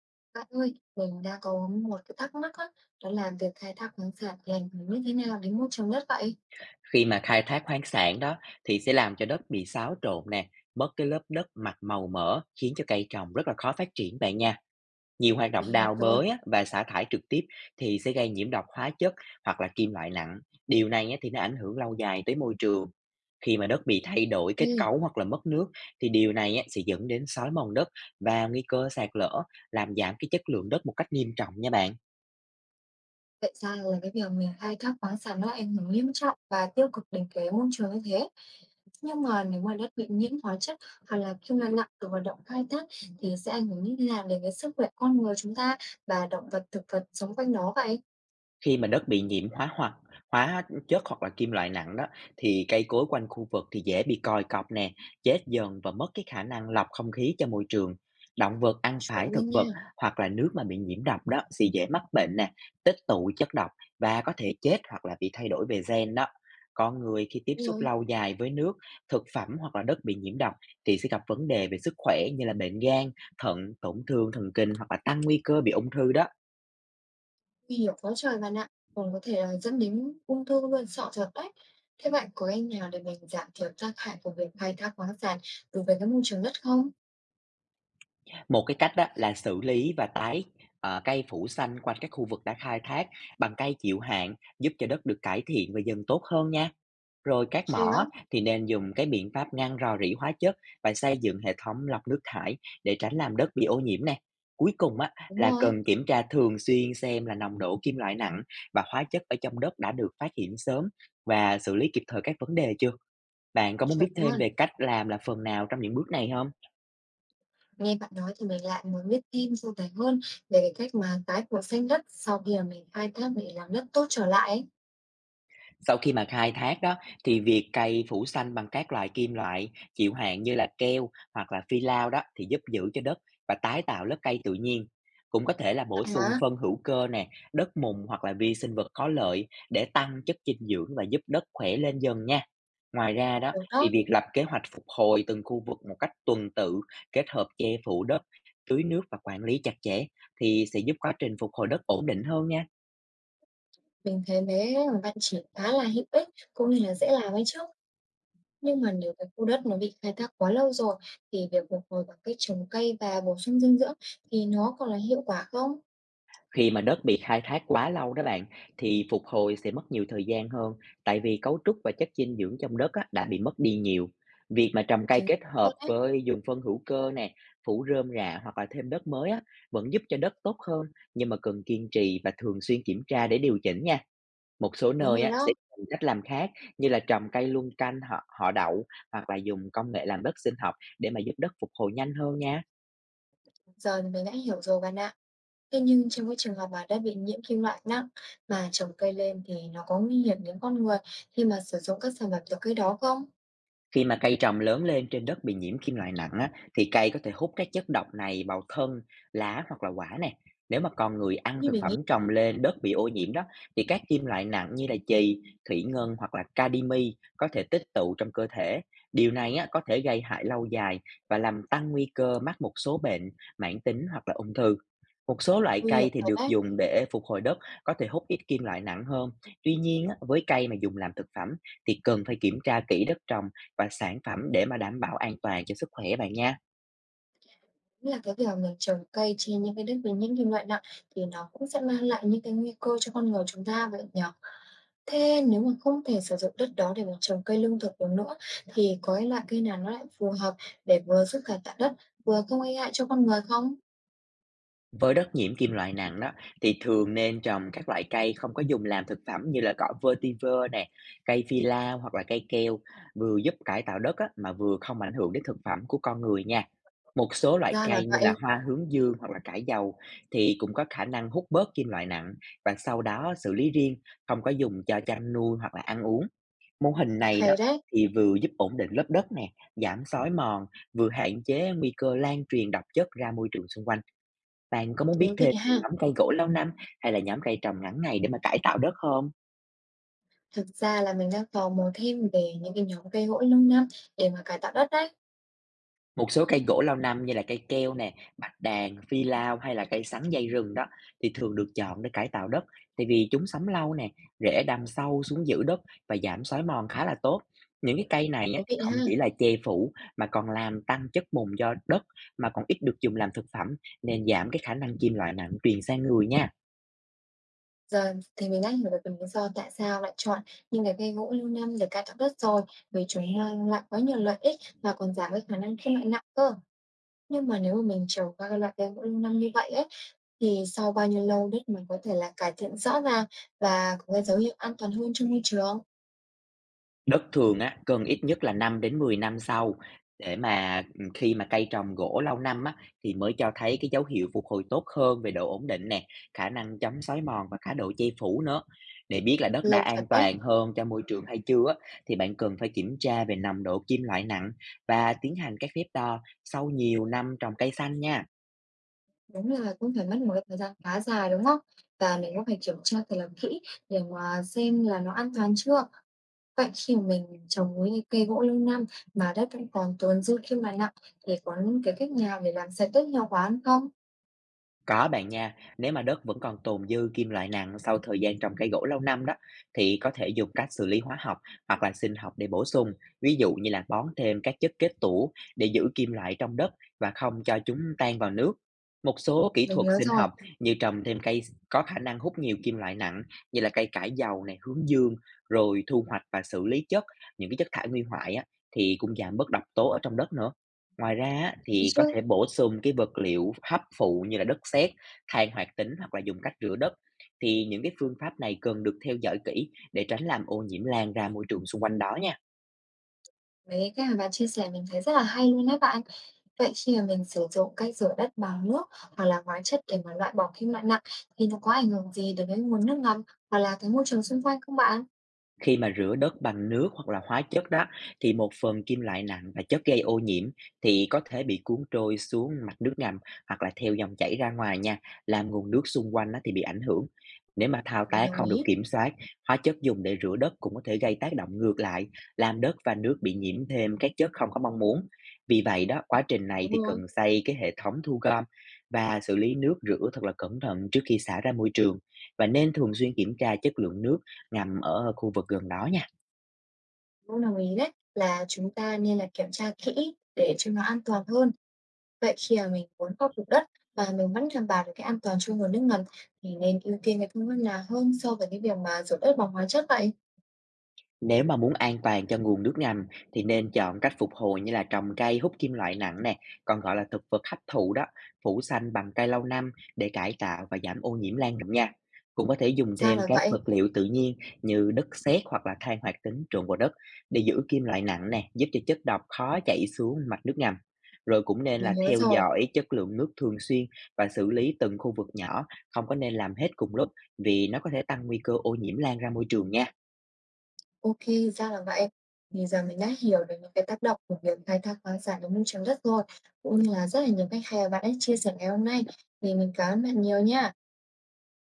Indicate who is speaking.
Speaker 1: Bạn ơi, mình đang có một cái thắc mắc á, đó là việc khai thác khoáng sản thì ảnh hưởng như thế nào đến môi trường đất vậy?
Speaker 2: Khi mà khai thác khoáng sản đó thì sẽ làm cho đất bị xáo trộn nè, mất cái lớp đất mặt màu mỡ khiến cho cây trồng rất là khó phát triển bạn nha. Nhiều hoạt
Speaker 1: Mình
Speaker 2: động
Speaker 1: hiểu
Speaker 2: đào
Speaker 1: rồi.
Speaker 2: bới á, và xả thải trực tiếp thì sẽ gây nhiễm độc hóa chất hoặc là kim loại nặng. Điều này á, thì nó ảnh hưởng lâu dài tới môi trường. Khi mà đất bị thay đổi
Speaker 1: Ừ,
Speaker 2: kết cấu hoặc là mất nước thì điều này á, sẽ dẫn đến xói mòn đất và nguy cơ sạt lở, làm giảm cái chất lượng đất một cách nghiêm trọng nha bạn.
Speaker 1: vậy ra là cái việc mình khai thác khoáng sản nó ảnh hưởng nghiêm trọng và tiêu cực đến cái môi trường như thế. Nhưng mà nếu mà đất bị nhiễm hóa chất hoặc là kim loại nặng từ hoạt động khai thác thì sẽ ảnh hưởng như thế nào đến cái sức khỏe con người chúng ta và động vật thực vật sống quanh nó vậy?
Speaker 2: Khi mà đất bị nhiễm hóa hoặc hóa chất hoặc là kim loại nặng đó thì cây cối quanh khu vực thì dễ bị còi cọc nè, chết dần và mất cái khả năng lọc không khí cho môi trường. Động vật ăn
Speaker 1: Chuẩn
Speaker 2: phải thực
Speaker 1: luôn
Speaker 2: vật
Speaker 1: nha.
Speaker 2: hoặc là nước mà bị nhiễm độc đó thì dễ mắc bệnh nè, tích tụ chất độc và có thể chết hoặc là bị thay đổi về gen đó. Con người khi tiếp
Speaker 1: Đúng
Speaker 2: xúc
Speaker 1: rồi.
Speaker 2: lâu dài với nước, thực phẩm hoặc là đất bị nhiễm độc thì sẽ gặp vấn đề về sức khỏe như là bệnh gan, thận, tổn thương thần kinh hoặc là tăng nguy cơ bị ung thư đó.
Speaker 1: Nguy hiểm quá trời bạn ạ, còn có thể là dẫn đến ung thư luôn, sọ thật đấy. Thế bạn có cách nào để mình giảm thiểu tác hại của việc khai thác khoáng sản đối với cái môi trường đất không?
Speaker 2: Một cái cách đó là xử lý và cây phủ xanh quanh các khu vực đã khai thác bằng cây chịu hạn, giúp cho đất được cải thiện và dần tốt hơn nha. Rồi các
Speaker 1: Hay
Speaker 2: mỏ
Speaker 1: lắm,
Speaker 2: thì nên dùng cái biện pháp ngăn rò rỉ hóa chất và xây dựng hệ thống lọc nước thải để tránh làm đất bị ô nhiễm nè. Cuối cùng á
Speaker 1: đúng
Speaker 2: là
Speaker 1: rồi,
Speaker 2: cần kiểm tra thường xuyên xem là nồng độ kim loại nặng và hóa chất ở trong đất đã được phát hiện sớm và xử lý kịp thời các vấn đề chưa? Bạn có muốn
Speaker 1: chuẩn
Speaker 2: biết thêm
Speaker 1: luôn.
Speaker 2: về cách làm là phần nào trong những bước này không?
Speaker 1: Nghe bạn nói thì mình lại muốn biết thêm sâu dài hơn về cái cách mà tái của xanh đất sau khi mà mình khai thác để làm đất tốt trở lại ấy.
Speaker 2: Sau khi mà khai thác đó thì việc cày phủ xanh bằng các loại kim loại chịu hạn như là keo hoặc là phi lao đó thì giúp giữ cho đất và tái tạo lớp cây tự nhiên. Cũng có thể là
Speaker 1: Thật
Speaker 2: bổ sung
Speaker 1: hả?
Speaker 2: phân hữu cơ nè, đất mùn hoặc là vi sinh vật có lợi để tăng chất dinh dưỡng và giúp đất khỏe lên dần nha. Ngoài ra đó
Speaker 1: Đúng
Speaker 2: thì
Speaker 1: đó,
Speaker 2: việc lập kế hoạch phục hồi từng khu vực một cách tuần tự, kết hợp che phủ đất, tưới nước và quản lý chặt chẽ thì sẽ giúp quá trình phục hồi đất ổn định hơn nha.
Speaker 1: mình thấy mấy cái mà bạn chỉ khá là hữu ích cũng như là dễ làm ấy chứ. Nhưng mà nếu cái khu đất nó bị khai thác quá lâu rồi thì việc phục hồi bằng cách trồng cây và bổ sung dinh dưỡng thì nó còn là hiệu quả không?
Speaker 2: Khi mà đất bị khai thác quá lâu đó bạn thì phục hồi sẽ mất nhiều thời gian hơn tại vì cấu trúc và chất dinh dưỡng trong đất á, đã bị mất đi nhiều. Việc mà trồng cây
Speaker 1: Chính
Speaker 2: kết
Speaker 1: luôn
Speaker 2: hợp
Speaker 1: đấy,
Speaker 2: với dùng phân hữu cơ nè, phủ rơm rạ hoặc là thêm đất mới á, vẫn giúp cho đất tốt hơn nhưng mà cần kiên trì và thường xuyên kiểm tra để điều chỉnh nha. Một số
Speaker 1: đúng
Speaker 2: nơi
Speaker 1: rồi
Speaker 2: á, sẽ
Speaker 1: đó.
Speaker 2: dùng cách làm khác như là trồng cây luân canh họ đậu hoặc là dùng công nghệ làm đất sinh học để mà giúp đất phục hồi nhanh hơn nha.
Speaker 1: Giờ thì mình đã hiểu rồi bạn ạ. Thế nhưng trong cái trường hợp mà đã bị nhiễm kim loại nặng mà trồng cây lên thì nó có nguy hiểm đến con người khi mà sử dụng các sản phẩm từ cây đó không?
Speaker 2: Khi mà cây trồng lớn lên trên đất bị nhiễm kim loại nặng á, thì cây có thể hút các chất độc này vào thân, lá hoặc là quả nè. Nếu mà con người ăn
Speaker 1: Như
Speaker 2: thực
Speaker 1: mình
Speaker 2: phẩm
Speaker 1: nghĩ,
Speaker 2: trồng lên đất bị ô nhiễm đó, thì các kim loại nặng như là chì, thủy ngân hoặc là cadimi có thể tích tụ trong cơ thể. Điều này á, có thể gây hại lâu dài và làm tăng nguy cơ mắc một số bệnh mãn tính hoặc là ung thư. Một số loại
Speaker 1: nguy hiểm
Speaker 2: cây thì
Speaker 1: thật
Speaker 2: được
Speaker 1: đấy.
Speaker 2: dùng để phục hồi đất có thể hút ít kim loại nặng hơn. Tuy nhiên á, với cây mà dùng làm thực phẩm thì cần phải kiểm tra kỹ đất trồng và sản phẩm để mà đảm bảo an toàn cho sức khỏe bạn nha.
Speaker 1: Đúng là cái việc mà mình trồng cây trên những cái đất với những kim loại nặng thì nó cũng sẽ mang lại những cái nguy cơ cho con người chúng ta vậy nhỉ? Thế nếu mà không thể sử dụng đất đó để mà trồng cây lương thực được nữa thì có cái loại cây nào nó lại phù hợp để vừa giúp cải tạo đất, vừa không gây hại cho con người không?
Speaker 2: Với đất nhiễm kim loại nặng đó thì thường nên trồng các loại cây không có dùng làm thực phẩm như là cỏ vetiver nè, cây phi lao hoặc là cây keo, vừa giúp cải tạo đất á, mà vừa không ảnh hưởng đến thực phẩm của con người nha. Một số loại
Speaker 1: Ra là
Speaker 2: cây như là
Speaker 1: vậy,
Speaker 2: hoa hướng dương hoặc là cải dầu thì cũng có khả năng hút bớt kim loại nặng và sau đó xử lý riêng, không có dùng cho chăn nuôi hoặc là ăn uống. Mô hình này đó
Speaker 1: hay đấy,
Speaker 2: thì vừa giúp ổn định lớp đất nè, giảm xói mòn, vừa hạn chế nguy cơ lan truyền độc chất ra môi trường xung quanh. Bạn có muốn biết
Speaker 1: thú vị
Speaker 2: thêm về
Speaker 1: ha.
Speaker 2: nhóm cây gỗ lâu năm hay là nhóm cây trồng ngắn ngày để mà cải tạo đất không?
Speaker 1: Thực ra là mình đang tò mò thêm về những cái nhóm cây gỗ lâu năm để mà cải tạo đất đấy,
Speaker 2: Một số cây gỗ lâu năm như là cây keo nè, bạch đàn, phi lao hay là cây sắn dây rừng đó thì thường được chọn để cải tạo đất tại vì chúng sống lâu nè, rễ đâm sâu xuống giữ đất và giảm xói mòn khá là tốt. Những cái cây này á,
Speaker 1: thú vị
Speaker 2: thì không
Speaker 1: ha.
Speaker 2: chỉ là che phủ mà còn làm tăng chất mùn do đất mà còn ít được dùng làm thực phẩm nên giảm cái khả năng kim loại nặng truyền sang người nha.
Speaker 1: Giờ thì mình đã hiểu được cái lý do tại sao lại chọn những cái cây gỗ lưu niêm để cài đặt đất rồi, vì chúng mang lại quá nhiều lợi ích và còn giảm cái khả năng phân loại nặng cơ. Nhưng mà nếu mà mình trồng các cái loại cây gỗ lưu niêm như vậy ấy, thì sau bao nhiêu lâu đất mình có thể là cải thiện rõ ràng và có cái dấu hiệu an toàn hơn trong môi trường?
Speaker 2: Đất thường á, cần ít nhất là 5 đến 10 năm sau để khi mà cây trồng gỗ lâu năm á, thì mới cho thấy cái dấu hiệu phục hồi tốt hơn về độ ổn định nè, khả năng chống xói mòn và cả độ che phủ nữa. Để biết là đất đã
Speaker 1: Lâu thật
Speaker 2: an
Speaker 1: đấy,
Speaker 2: toàn hơn cho môi trường hay chưa á, thì bạn cần phải kiểm tra về nồng độ kim loại nặng và tiến hành các phép đo sau nhiều năm trồng cây xanh nha.
Speaker 1: đúng là cũng phải mất một cái thời gian khá dài đúng không? Và mình cũng phải kiểm tra thật là kỹ để mà xem là nó an toàn chưa. Vậy khi mà mình trồng núi cây gỗ lâu năm mà đất vẫn còn tồn dư khi mà nặng thì có những cái cách nào để làm sạch đất hiệu quả hơn không?
Speaker 2: Có bạn nha, nếu mà đất vẫn còn tồn dư kim loại nặng sau thời gian trồng cây gỗ lâu năm đó thì có thể dùng cách xử lý hóa học hoặc là sinh học để bổ sung, ví dụ như là bón thêm các chất kết tủ để giữ kim loại trong đất và không cho chúng tan vào nước. Một số kỹ
Speaker 1: Mình
Speaker 2: thuật
Speaker 1: nhớ
Speaker 2: sinh
Speaker 1: rồi,
Speaker 2: học như trồng thêm cây có khả năng hút nhiều kim loại nặng như là cây cải dầu này, hướng dương rồi thu hoạch và xử lý những cái chất thải nguy hoại á, thì cũng giảm bớt độc tố ở trong đất nữa. Ngoài ra á,
Speaker 1: đúng rồi
Speaker 2: thì có
Speaker 1: chứ.
Speaker 2: thể bổ sung cái vật liệu hấp phụ như là đất sét, than hoạt tính hoặc là dùng cách rửa đất. Thì những cái phương pháp này cần được theo dõi kỹ để tránh làm ô nhiễm lan ra môi trường xung quanh đó nha.
Speaker 1: Mấy cái mà bạn chia sẻ mình thấy rất là hay luôn đấy bạn. Vậy khi mà mình sử dụng cách rửa đất bằng nước hoặc là hóa chất để mà loại bỏ kim loại nặng thì nó có ảnh hưởng gì đối với nguồn nước ngầm hoặc là cái môi trường xung quanh không bạn?
Speaker 2: Khi mà rửa đất bằng nước hoặc là hóa chất đó thì một phần kim loại nặng và chất gây ô nhiễm thì có thể bị cuốn trôi xuống mặt nước ngầm hoặc là theo dòng chảy ra ngoài nha, làm nguồn nước xung quanh á thì bị ảnh hưởng. Nếu mà thao
Speaker 1: Mình
Speaker 2: tác
Speaker 1: đồng
Speaker 2: không được
Speaker 1: ý,
Speaker 2: kiểm soát, hóa chất dùng để rửa đất cũng có thể gây tác động ngược lại, làm đất và nước bị nhiễm thêm các chất không có mong muốn. Vì vậy đó, quá trình này
Speaker 1: đúng
Speaker 2: thì cần
Speaker 1: rồi,
Speaker 2: xây cái hệ thống thu gom và xử lý nước rửa thật là cẩn thận trước khi xả ra môi trường và nên thường xuyên kiểm tra chất lượng nước nằm ở khu vực gần đó nha.
Speaker 1: cũng đồng ý đấy là chúng ta nên là kiểm tra kỹ để cho nó an toàn hơn. Vậy khi mà mình muốn khôi phục đất và mình vẫn đảm bảo được cái an toàn cho nguồn nước ngầm thì nên ưu tiên cái phương pháp nào hơn so với cái việc mà rửa đất bằng hóa chất vậy?
Speaker 2: Nếu mà muốn an toàn cho nguồn nước ngầm thì nên chọn cách phục hồi như là trồng cây hút kim loại nặng nè, còn gọi là thực vật hấp thụ đó, phủ xanh bằng cây lâu năm để cải tạo và giảm ô nhiễm lan rộng nha. Cũng có thể dùng
Speaker 1: Ra
Speaker 2: thêm
Speaker 1: là
Speaker 2: các
Speaker 1: vậy,
Speaker 2: vật liệu tự nhiên như đất sét hoặc là than hoạt tính trộn vào đất để giữ kim loại nặng nè, giúp cho chất độc khó chảy xuống mạch nước ngầm. Rồi cũng nên
Speaker 1: mình
Speaker 2: là
Speaker 1: nhớ
Speaker 2: theo
Speaker 1: rồi.
Speaker 2: dõi chất lượng nước thường xuyên và xử lý từng khu vực nhỏ, không có nên làm hết cùng lúc vì nó có thể tăng nguy cơ ô nhiễm lan ra môi trường nha.
Speaker 1: Ok, ra là vậy. Thì giờ mình đã hiểu được những cái tác động của việc khai thác khoáng sản đến môi trường đất rồi, cũng như là rất là nhiều cách hay mà bạn đã chia sẻ ngày hôm nay. Thì mình cảm ơn bạn nhiều nha.